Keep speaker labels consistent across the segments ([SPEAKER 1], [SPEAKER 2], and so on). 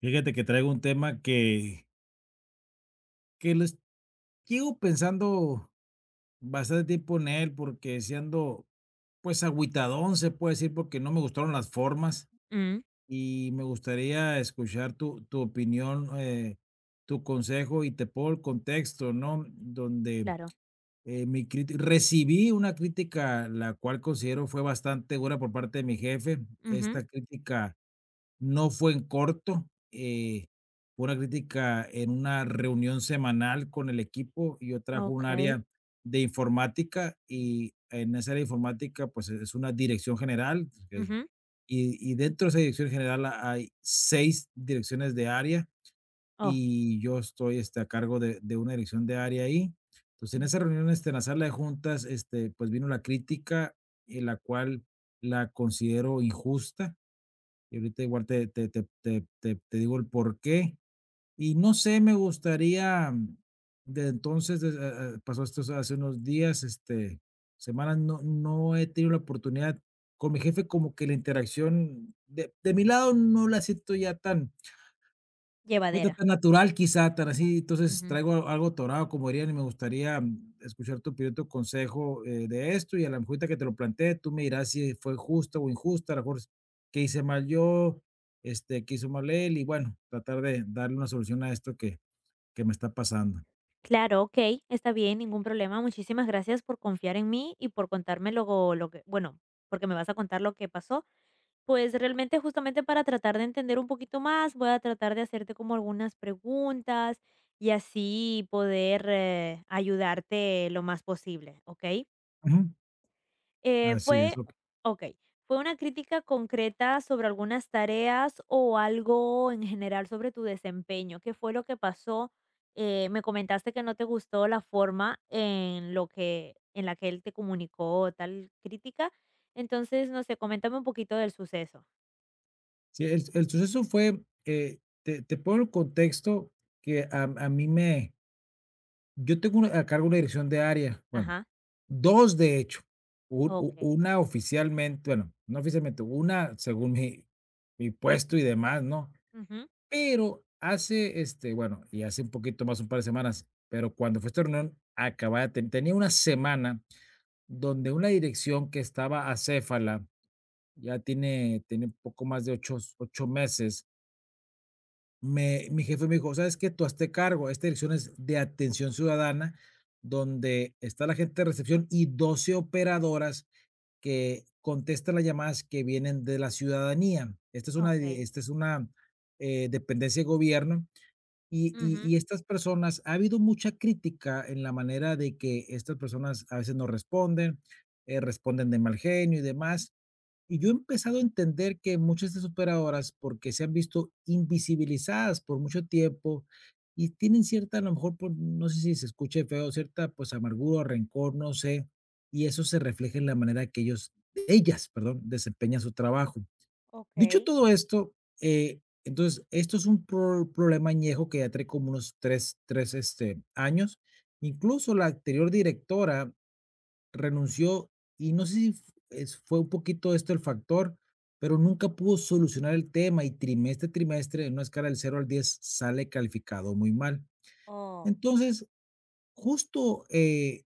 [SPEAKER 1] Fíjate que traigo un tema que, que lo es- llevo pensando bastante tiempo en él, porque siendo pues agüitadón, se puede decir, porque no me gustaron las formas
[SPEAKER 2] Mm,
[SPEAKER 1] y me gustaría escuchar tu opinión, tu consejo y te pongo el contexto, ¿no? Donde
[SPEAKER 2] claro.
[SPEAKER 1] recibí una crítica, la cual considero fue bastante dura por parte de mi jefe.
[SPEAKER 2] Ujú.
[SPEAKER 1] Esta crítica no fue en corto, eh, fue una crítica en una reunión semanal con el equipo. Yo trajo
[SPEAKER 2] Ok.
[SPEAKER 1] un área de informática y en esa área de informática, pues es una dirección general,
[SPEAKER 2] Ujú.
[SPEAKER 1] y dentro de esa dirección general hay seis direcciones de área
[SPEAKER 2] Oh.
[SPEAKER 1] y yo estoy a cargo de una dirección de área ahí. Entonces, en
[SPEAKER 2] Mm.
[SPEAKER 1] esa reunión, en la sala de juntas, pues vino la crítica, la cual la considero injusta y ahorita igual te digo el porqué. Y no sé, me gustaría, mm, de entonces, des pasó esto hace unos días, semanas, no no he tenido la oportunidad con mi jefe como que la interacción de mi lado no la siento ya tan ahorita
[SPEAKER 2] Llevadera.
[SPEAKER 1] tan natural quizá, tan así, entonces
[SPEAKER 2] Ujú.
[SPEAKER 1] traigo algo torado como dirían, y me gustaría escuchar tu opinión, tu consejo, de esto, y a la mejor ahorita que te lo planteé, tú me dirás si fue justa o injusta, a lo mejor qué hice mal yo, qué hizo mal él, y bueno, tratar de darle una solución a esto que me está pasando.
[SPEAKER 2] Claro, ok, está bien, ningún problema. Muchísimas gracias por confiar en mí y por contarme luego lo que, bueno, porque me vas a contar lo que pasó. Pues realmente justamente para tratar de entender un poquito más, voy a tratar de hacerte como algunas preguntas y así poder ayudarte lo más posible, ¿ok?
[SPEAKER 1] Ujú,
[SPEAKER 2] Eh,
[SPEAKER 1] así es,
[SPEAKER 2] fue
[SPEAKER 1] okey.
[SPEAKER 2] okey, fue una crítica concreta sobre algunas tareas o algo en general sobre tu desempeño, ¿qué fue lo que pasó? Me comentaste que no te gustó la forma en lo que en la que él te comunicó tal crítica. Entonces, no sé, coméntame un poquito del suceso.
[SPEAKER 1] Sí, el suceso fue, te pongo el contexto que a mí me yo tengo una a cargo una dirección de área, bueno,
[SPEAKER 2] Ajá,
[SPEAKER 1] 2 de hecho, un u
[SPEAKER 2] okey.
[SPEAKER 1] una oficialmente, bueno, no oficialmente, una según mi mi puesto y demás, ¿no?
[SPEAKER 2] Ujú,
[SPEAKER 1] Pero hace, bueno, y hace un poquito más, un par de semanas, pero cuando fue esta reunión, acababa tenía una semana donde una dirección que estaba acéfala, ya tiene poco más de ocho meses, me mi jefe me dijo: "¿Sabes qué? Tú hazte cargo. Esta dirección es de atención ciudadana, donde está la gente de recepción y 12 operadoras que contestan las llamadas que vienen de la ciudadanía". Esta es una di
[SPEAKER 2] okey.
[SPEAKER 1] esta es una, dependencia de gobierno, y y
[SPEAKER 2] Ujú,
[SPEAKER 1] y estas personas ha habido mucha crítica en la manera de que estas personas a veces no responden, responden de mal genio y demás. Y yo he empezado a entender que muchas de sus operadoras, porque se han visto invisibilizadas por mucho tiempo y tienen cierta, a lo mejor, por, no sé si se escuche feo, cierta pues amargura o rencor, no sé, y eso se refleja en la manera que ellos, ellas, perdón, desempeñan su trabajo. Dicho
[SPEAKER 2] okey.
[SPEAKER 1] todo esto, entonces, esto es un problema añejo que ya trae como unos tres años. Incluso la anterior directora renunció, y no sé si f es fue un poquito esto el factor, pero nunca pudo solucionar el tema, y trimestre a trimestre, en una escala del 0 al 10 sale calificado muy mal.
[SPEAKER 2] Oh.
[SPEAKER 1] Entonces, justo,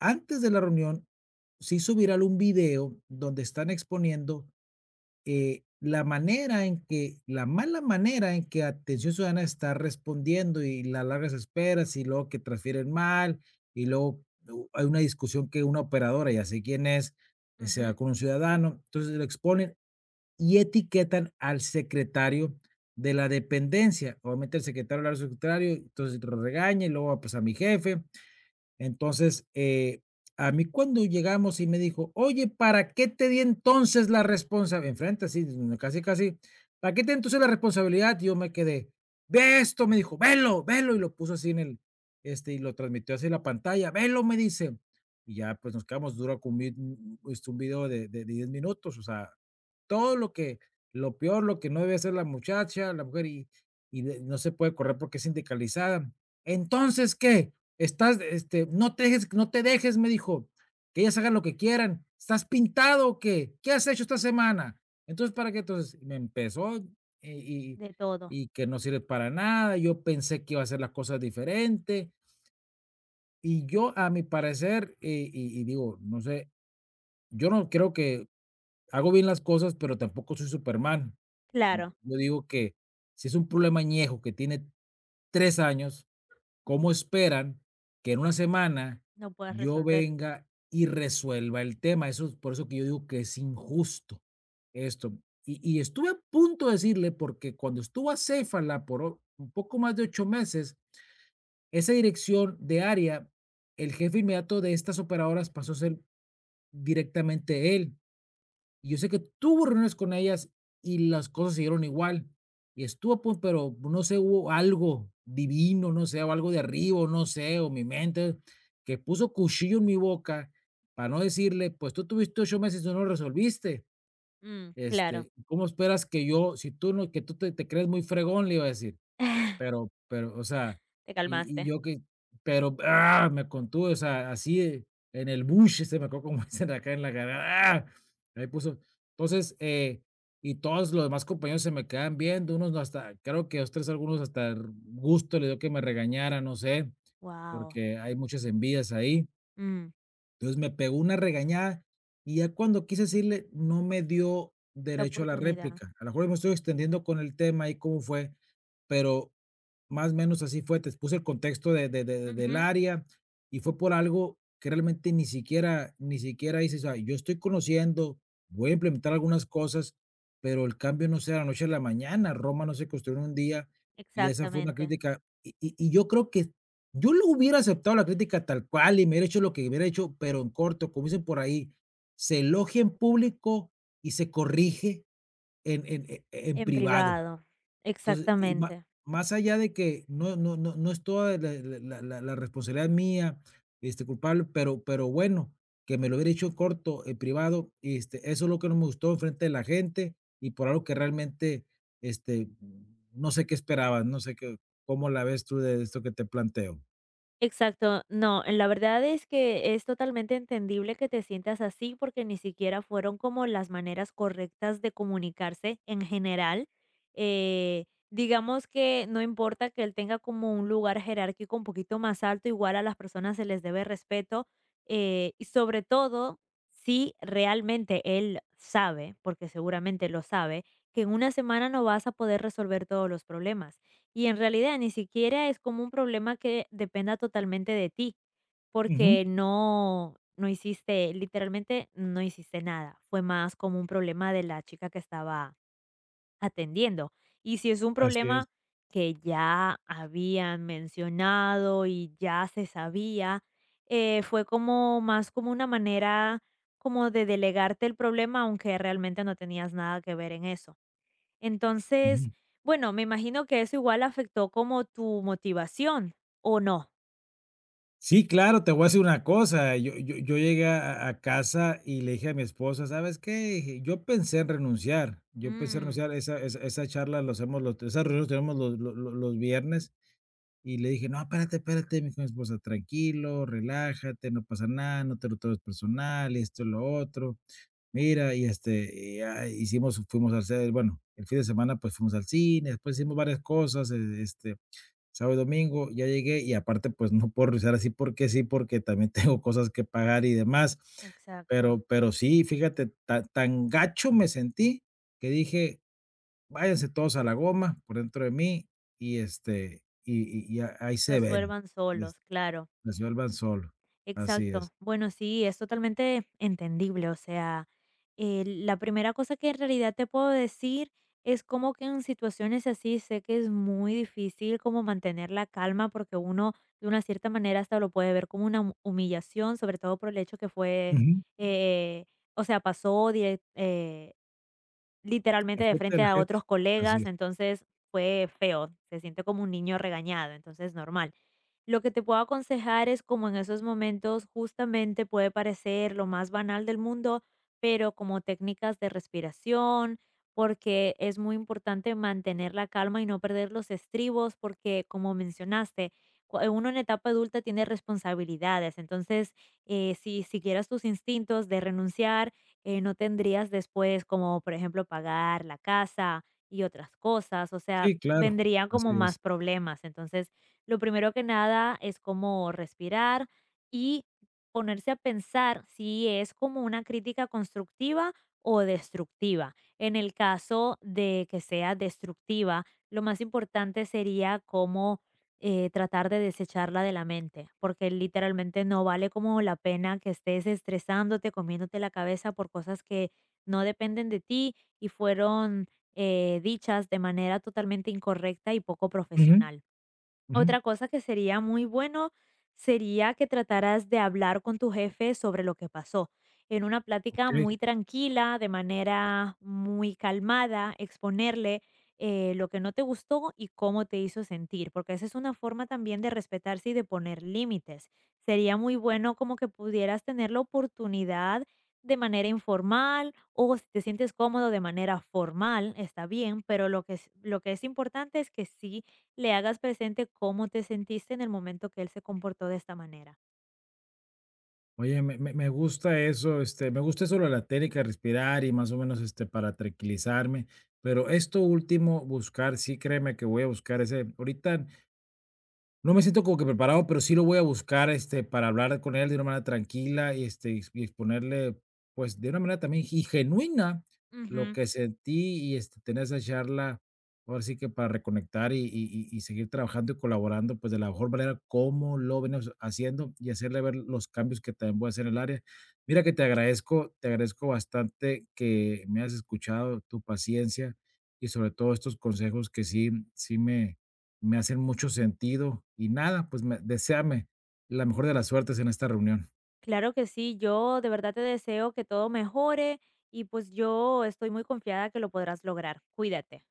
[SPEAKER 1] antes de la reunión, se hizo viral un video donde están exponiendo la mala manera en que Atención Ciudadana está respondiendo y las largas esperas y luego que transfieren mal y luego hay una discusión que una operadora, ya sé quién es, se va
[SPEAKER 2] Ujú,
[SPEAKER 1] con un ciudadano, entonces lo exponen y etiquetan al secretario de la dependencia. Obviamente el secretario habla al secretario, entonces lo regaña y luego pues a mi jefe entonces, a mí cuando llegamos y me dijo: "Oye, ¿para qué te di entonces la responsabilidad?" Enfrente, así, casi, casi: "¿Para qué te di entonces la responsabilidad?" Y yo me quedé: "Ve esto", me dijo: "Velo, velo", y lo puso así en el, y lo transmitió así en la pantalla: "Velo", me dice, y ya, pues, nos quedamos duro con un video de 10 minutos, o sea, todo lo que lo peor, lo que no debe hacer la muchacha, la mujer, y de no se puede correr porque es sindicalizada. "Entonces, ¿qué? Estás, no te dejes, no te dejes", me dijo, "que ellas hagan lo que quieran. ¿Estás pintado o qué? ¿Qué has hecho esta semana? Entonces, ¿para qué?" Entonces, me empezó y,
[SPEAKER 2] de todo.
[SPEAKER 1] y que no sirve para nada. Yo pensé que iba a hacer las cosas diferente. Y yo, a mi parecer, y digo, no sé, yo no creo que hago bien las cosas, pero tampoco soy Superman.
[SPEAKER 2] Claro,
[SPEAKER 1] Yo digo que si es un problema añejo que tiene 3 años, ¿cómo esperan que en una semana
[SPEAKER 2] no puedes
[SPEAKER 1] yo
[SPEAKER 2] resolver.
[SPEAKER 1] venga y resuelva el tema? Eso es por eso que yo digo que es injusto esto. Y estuve a punto de decirle, porque cuando estuvo acéfala por o un poco más de 8 meses, esa dirección de área, el jefe inmediato de estas operadoras pasó a ser directamente él. Y yo sé que tuvo reuniones con ellas y las cosas siguieron igual. Y estuvo, a pun pero no sé, hubo algo divino, no sé, o algo de arriba, o no sé, o mi mente, que puso cuchillo en mi boca para no decirle: "Pues tú tuviste 8 meses y no lo resolviste,
[SPEAKER 2] Mm, claro.
[SPEAKER 1] ¿cómo esperas que yo? Si tú no que tú te crees muy fregón", le iba a decir. Pero, o sea,
[SPEAKER 2] Te
[SPEAKER 1] y
[SPEAKER 2] calmaste.
[SPEAKER 1] yo que pero, me contuve, o sea, así, en el bush, se me acuerdo como dicen acá en la garganta, ahí puso. Entonces, y todos los demás compañeros se me quedan viendo, unos no hasta creo que 2, 3 algunos hasta gusto le dio que me regañara no sé,
[SPEAKER 2] Wow,
[SPEAKER 1] porque hay muchas envidias ahí. Entonces, me pegó una regañada, y ya cuando quise decirle, no me dio
[SPEAKER 2] la
[SPEAKER 1] derecho a la
[SPEAKER 2] oportunidad.
[SPEAKER 1] réplica. A lo mejor me estoy extendiendo con el tema y cómo fue, pero más o menos así fue. Te puse el contexto del
[SPEAKER 2] Ujú,
[SPEAKER 1] área, y fue por algo que realmente ni siquiera hice. O sea, yo estoy conociendo, voy a implementar algunas cosas, pero el cambio no sea de la noche a la mañana. Roma no se construyó en un día, y esa fue una
[SPEAKER 2] exactamente,
[SPEAKER 1] crítica. Y yo creo que yo lo hubiera aceptado la crítica tal cual y me hubiera hecho lo que hubiera hecho, pero en corto, como dicen por ahí, se elogia en público y se corrige en
[SPEAKER 2] en
[SPEAKER 1] privado.
[SPEAKER 2] privado,
[SPEAKER 1] Entonces, y má
[SPEAKER 2] exactamente.
[SPEAKER 1] más allá de que no no no no es toda la responsabilidad mía, culpable, pero bueno, que me lo hubiera hecho en corto, en privado, eso es lo que no me gustó en frente de la gente y por algo que realmente, este, no sé qué esperabas, no sé qué, ¿cómo la ves tú de esto que te planteo?
[SPEAKER 2] Exacto, no, la verdad es que es totalmente entendible que te sientas así porque ni siquiera fueron como las maneras correctas de comunicarse en general. Digamos que no importa que él tenga como un lugar jerárquico un poquito más alto, igual a las personas se les debe respeto, y sobre todo si realmente él sabe, porque seguramente lo sabe, que en una semana no vas a poder resolver todos los problemas y en realidad ni siquiera es como un problema que dependa totalmente de ti,
[SPEAKER 1] Ujú.
[SPEAKER 2] porque no hiciste literalmente no hiciste nada. Fue más como un problema de la chica que estaba atendiendo. Y si es un
[SPEAKER 1] Así es.
[SPEAKER 2] problema que ya habían mencionado y ya se sabía, fue como más como una manera como de delegarte el problema, aunque realmente no tenías nada que ver en eso. Entonces,
[SPEAKER 1] Ujú.
[SPEAKER 2] bueno, me imagino que eso igual afectó como tu motivación, ¿o no?
[SPEAKER 1] Sí, claro, te voy a decir una cosa, yo llegué a casa y le dije a mi esposa: "¿Sabes qué?" Dije: "yo pensé en renunciar, yo pensé en
[SPEAKER 2] Mm,
[SPEAKER 1] renunciar, esa charla lo hacemos los esa reunión tenemos los viernes", y le dije: "No, espérate, espérate", me dijo mi esposa: "Tranquilo, relájate, no pasa nada, no te lo tomes personal, esto, lo otro, mira", y, y ya hicimos fuimos al ce bueno, el fin de semana, pues, fuimos al cine, después hicimos varias cosas, sábado y domingo, ya llegué y aparte, pues, no puedo regresar así porque sí, porque también tengo cosas que pagar y demás. Pero
[SPEAKER 2] exacto.
[SPEAKER 1] pero sí, fíjate, ta tan gacho me sentí que dije: "Váyanse todos a la goma", por dentro de mí, y, este, y a- ahí se ven,
[SPEAKER 2] Resuelvan
[SPEAKER 1] es
[SPEAKER 2] solos, claro.
[SPEAKER 1] la ciudad solo. Así es.
[SPEAKER 2] Exacto. Bueno, sí, es totalmente entendible. O sea, la primera cosa que en realidad te puedo decir es como que en situaciones así sé que es muy difícil como mantener la calma porque uno de una cierta manera hasta lo puede ver como una humillación, sobre todo por el hecho que fue,
[SPEAKER 1] Ujú.
[SPEAKER 2] eh, o sea, pasó directamente literalmente de
[SPEAKER 1] Enfrente de
[SPEAKER 2] frente
[SPEAKER 1] la
[SPEAKER 2] a
[SPEAKER 1] gente.
[SPEAKER 2] otros
[SPEAKER 1] Así
[SPEAKER 2] colegas,
[SPEAKER 1] es.
[SPEAKER 2] entonces fue feo, se siente como un niño regañado, entonces normal. Lo que te puedo aconsejar es como en esos momentos justamente puede parecer lo más banal del mundo, pero como técnicas de respiración, porque es muy importante mantener la calma y no perder los estribos, porque como mencionaste, uno en etapa adulta tiene responsabilidades, entonces si siguieras tus instintos de renunciar, no tendrías después como, por ejemplo, pagar la casa y otras cosas, o sea,
[SPEAKER 1] Sí, claro,
[SPEAKER 2] vendrían
[SPEAKER 1] así
[SPEAKER 2] como
[SPEAKER 1] es.
[SPEAKER 2] más problemas. Entonces, lo primero que nada es como respirar y ponerse a pensar si es como una crítica constructiva o destructiva. En el caso de que sea destructiva, lo más importante sería como tratar de desecharla de la mente, porque literalmente no vale como la pena que estés estresándote, comiéndote la cabeza por cosas que no dependen de ti y fueron dichas de manera totalmente incorrecta y poco
[SPEAKER 1] Ujú,
[SPEAKER 2] profesional.
[SPEAKER 1] ujú.
[SPEAKER 2] Otra cosa que sería muy bueno sería que trataras de hablar con tu jefe sobre lo que pasó, en una plática muy
[SPEAKER 1] Okey.
[SPEAKER 2] tranquila, de manera muy calmada, exponerle lo que no te gustó y cómo te hizo sentir, porque esa es una forma también de respetarse y de poner límites. Sería muy bueno como que pudieras tener la oportunidad de manera informal o si te sientes cómodo de manera formal, está bien, pero lo que es importante es que sí le hagas presente cómo te sentiste en el momento que él se comportó de esta manera.
[SPEAKER 1] Oye, me gusta eso, me gusta eso de la técnica, respirar y más o menos, para tranquilizarme, pero esto último, buscar, sí, créeme que voy a buscar ese ahorita no me siento como que preparado, pero sí lo voy a buscar, para hablar con él de una manera tranquila y, este, y ex y exponerle, pues, de una manera también y genuina lo
[SPEAKER 2] Ujú.
[SPEAKER 1] que sentí y, tener esa charla, ahora sí que para reconectar y seguir trabajando y colaborando, pues, de la mejor manera como lo venimos haciendo y hacerle ver los cambios que también voy a hacer en el área. Mira que te agradezco bastante que me hayas escuchado, tu paciencia y sobre todo estos consejos que sí sí me hacen mucho sentido y nada, pues me deséame la mejor de las suertes en esta reunión.
[SPEAKER 2] Claro que sí, yo de verdad te deseo que todo mejore y pues yo estoy muy confiada que lo podrás lograr. Cuídate.